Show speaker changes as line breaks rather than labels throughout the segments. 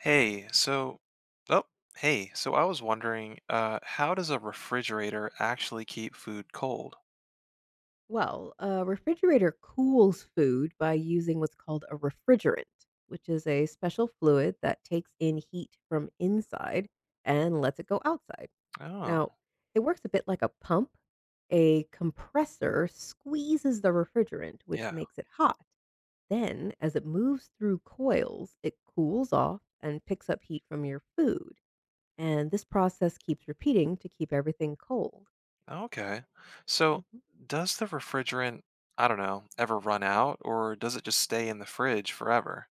Hey, so, oh, hey, so I was wondering, how does a refrigerator actually keep food cold?
Well, a refrigerator cools food by using what's called a refrigerant, which is a special fluid that takes in heat from inside and lets it go outside.
Oh,
Now, it works a bit like a pump. A compressor squeezes the refrigerant, which
yeah.
makes it hot. Then, as it moves through coils, it cools off and picks up heat from your food. And this process keeps repeating to keep everything cold.
Okay. So,
Mhm.
does the refrigerant, I don't know, ever run out, or does it just stay in the fridge forever?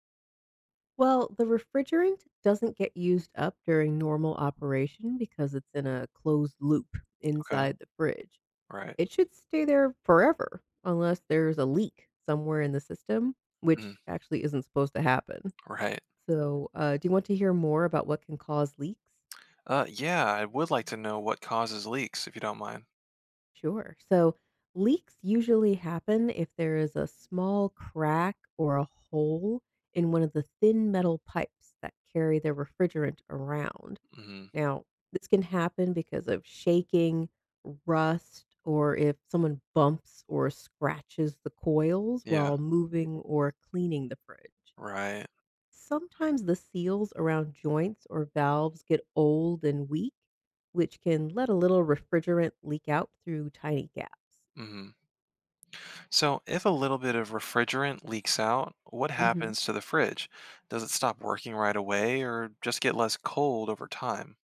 Well, the refrigerant doesn't get used up during normal operation because it's in a closed loop
Okay.
inside the fridge.
Right.
It should stay there forever unless there's a leak somewhere in the system,
Mm,
which actually isn't supposed to happen.
right.
So, do you want to hear more about what can cause leaks?
Yeah, I would like to know what causes leaks, if you don't mind.
Sure. So, leaks usually happen if there is a small crack or a hole in one of the thin metal pipes that carry the refrigerant around.
Hmm.
Now, this can happen because of shaking, rust, or if someone bumps or scratches the coils
Yeah.
while moving or cleaning the fridge.
Right.
Sometimes the seals around joints or valves get old and weak, which can let a little refrigerant leak out through tiny gaps.
Mhm. So, if a little bit of refrigerant leaks out, what
Hmm.
happens to the fridge? Does it stop working right away or just get less cold over time?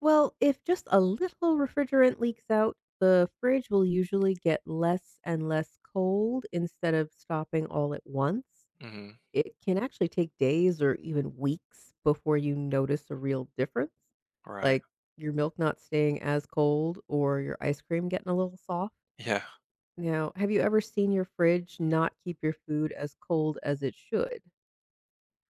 Well, if just a little refrigerant leaks out, the fridge will usually get less and less cold instead of stopping all at once.
Hmm.
It can actually take days or even weeks before you notice a real difference,
Right.
like your milk not staying as cold or your ice cream getting a little soft.
Yeah.
Now, have you ever seen your fridge not keep your food as cold as it should?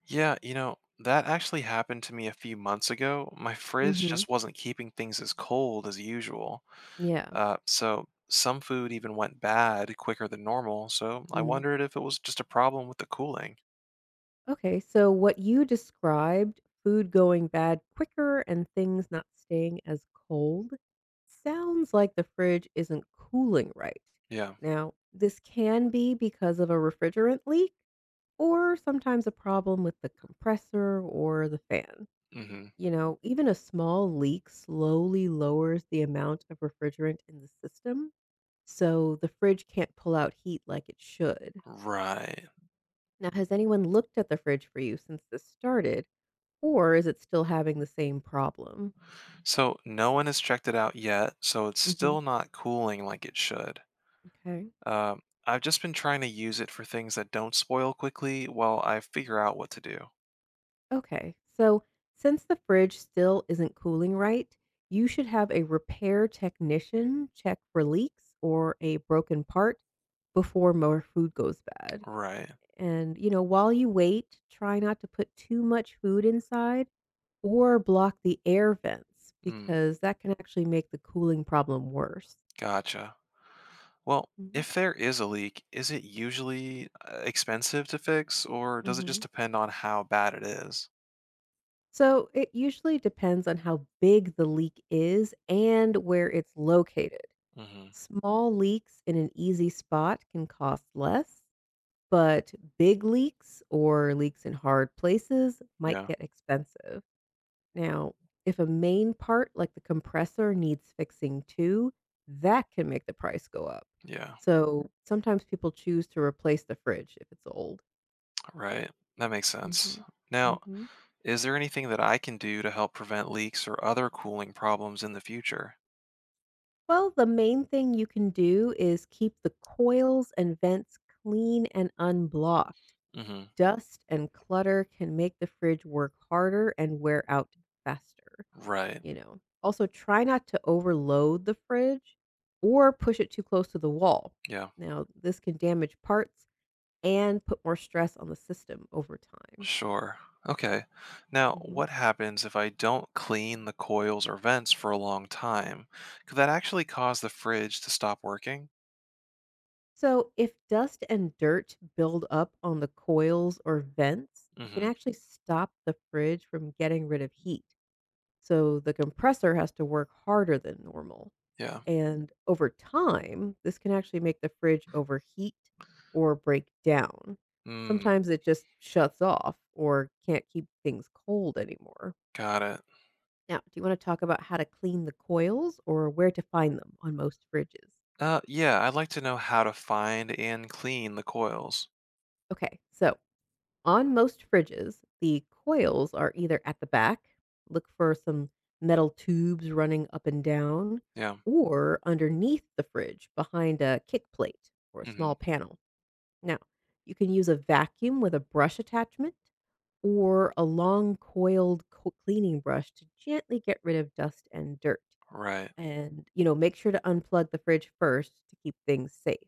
Yeah, that actually happened to me a few months ago. My fridge
Mm-hmm.
just wasn't keeping things as cold as usual.
Yeah.
So, some food even went bad quicker than normal. So, I
Mm.
wondered if it was just a problem with the cooling.
Okay, so what you described, food going bad quicker and things not staying as cold, sounds like the fridge isn't cooling right.
Yeah.
Now, this can be because of a refrigerant leak or sometimes a problem with the compressor or the fan.
Hmm.
Even a small leak slowly lowers the amount of refrigerant in the system, so the fridge can't pull out heat like it should.
Right.
Now, has anyone looked at the fridge for you since this started, or is it still having the same problem?
So no one has checked it out yet, so it's
hmm
still not cooling like it should.
Okay.
Um, I've just been trying to use it for things that don't spoil quickly while I figure out what to do.
Okay. So, since the fridge still isn't cooling right, you should have a repair technician check for leaks or a broken part before more food goes bad.
Right.
And, while you wait, try not to put too much food inside or block the air vents
Mm,
because that can actually make the cooling problem worse.
gotcha. Well,
hmm
if there is a leak, is it usually expensive to fix, or does it
hmm
just depend on how bad it is?
So it usually depends on how big the leak is and where it's located.
Mm-hmm.
Small leaks in an easy spot can cost less, but big leaks or leaks in hard places might
Yeah.
get expensive. Now, if a main part like the compressor needs fixing too, that can make the price go up.
Yeah.
So sometimes people choose to replace the fridge if it's old.
Right. That makes sense.
hmm
Now,
hmm
is there anything that I can do to help prevent leaks or other cooling problems in the future?
Well, the main thing you can do is keep the coils and vents clean and unblocked.
Mm-hmm.
Dust and clutter can make the fridge work harder and wear out faster,
Right.
Also, try not to overload the fridge or push it too close to the wall.
Yeah.
Now, this can damage parts and put more stress on the system over time.
Sure. Okay. Now,
Mm-hmm.
what happens if I don't clean the coils or vents for a long time? Could that actually cause the fridge to stop working?
So, if dust and dirt build up on the coils or vents, it can
Mm-hmm.
actually stop the fridge from getting rid of heat. So, the compressor has to work harder than normal.
Yeah.
And over time, this can actually make the fridge overheat or break down.
Mm,
Sometimes it just shuts off or can't keep things cold anymore.
got it.
Now, do you want to talk about how to clean the coils or where to find them on most fridges?
Yeah, I'd like to know how to find and clean the coils.
Okay, so on most fridges, the coils are either at the back, look for some metal tubes running up and down,
Yeah.
or underneath the fridge behind a kick plate or a
Mm-hmm.
small panel. Now, you can use a vacuum with a brush attachment or a long coiled cleaning brush to gently get rid of dust and dirt.
Right.
And, make sure to unplug the fridge first to keep things safe.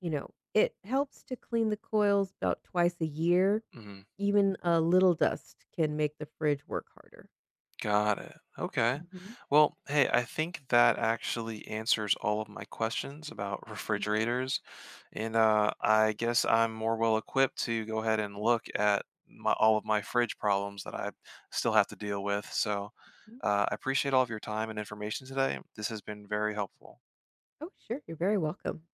It helps to clean the coils about twice a year.
Mm-hmm.
Even a little dust can make the fridge work harder.
Got it. Okay.
Mhm,
Well, hey, I think that actually answers all of my questions about refrigerators. And I guess I'm more well equipped to go ahead and look at all of my fridge problems that I still have to deal with. So
mhm.
I appreciate all of your time and information today. This has been very helpful.
Oh, sure. You're very welcome.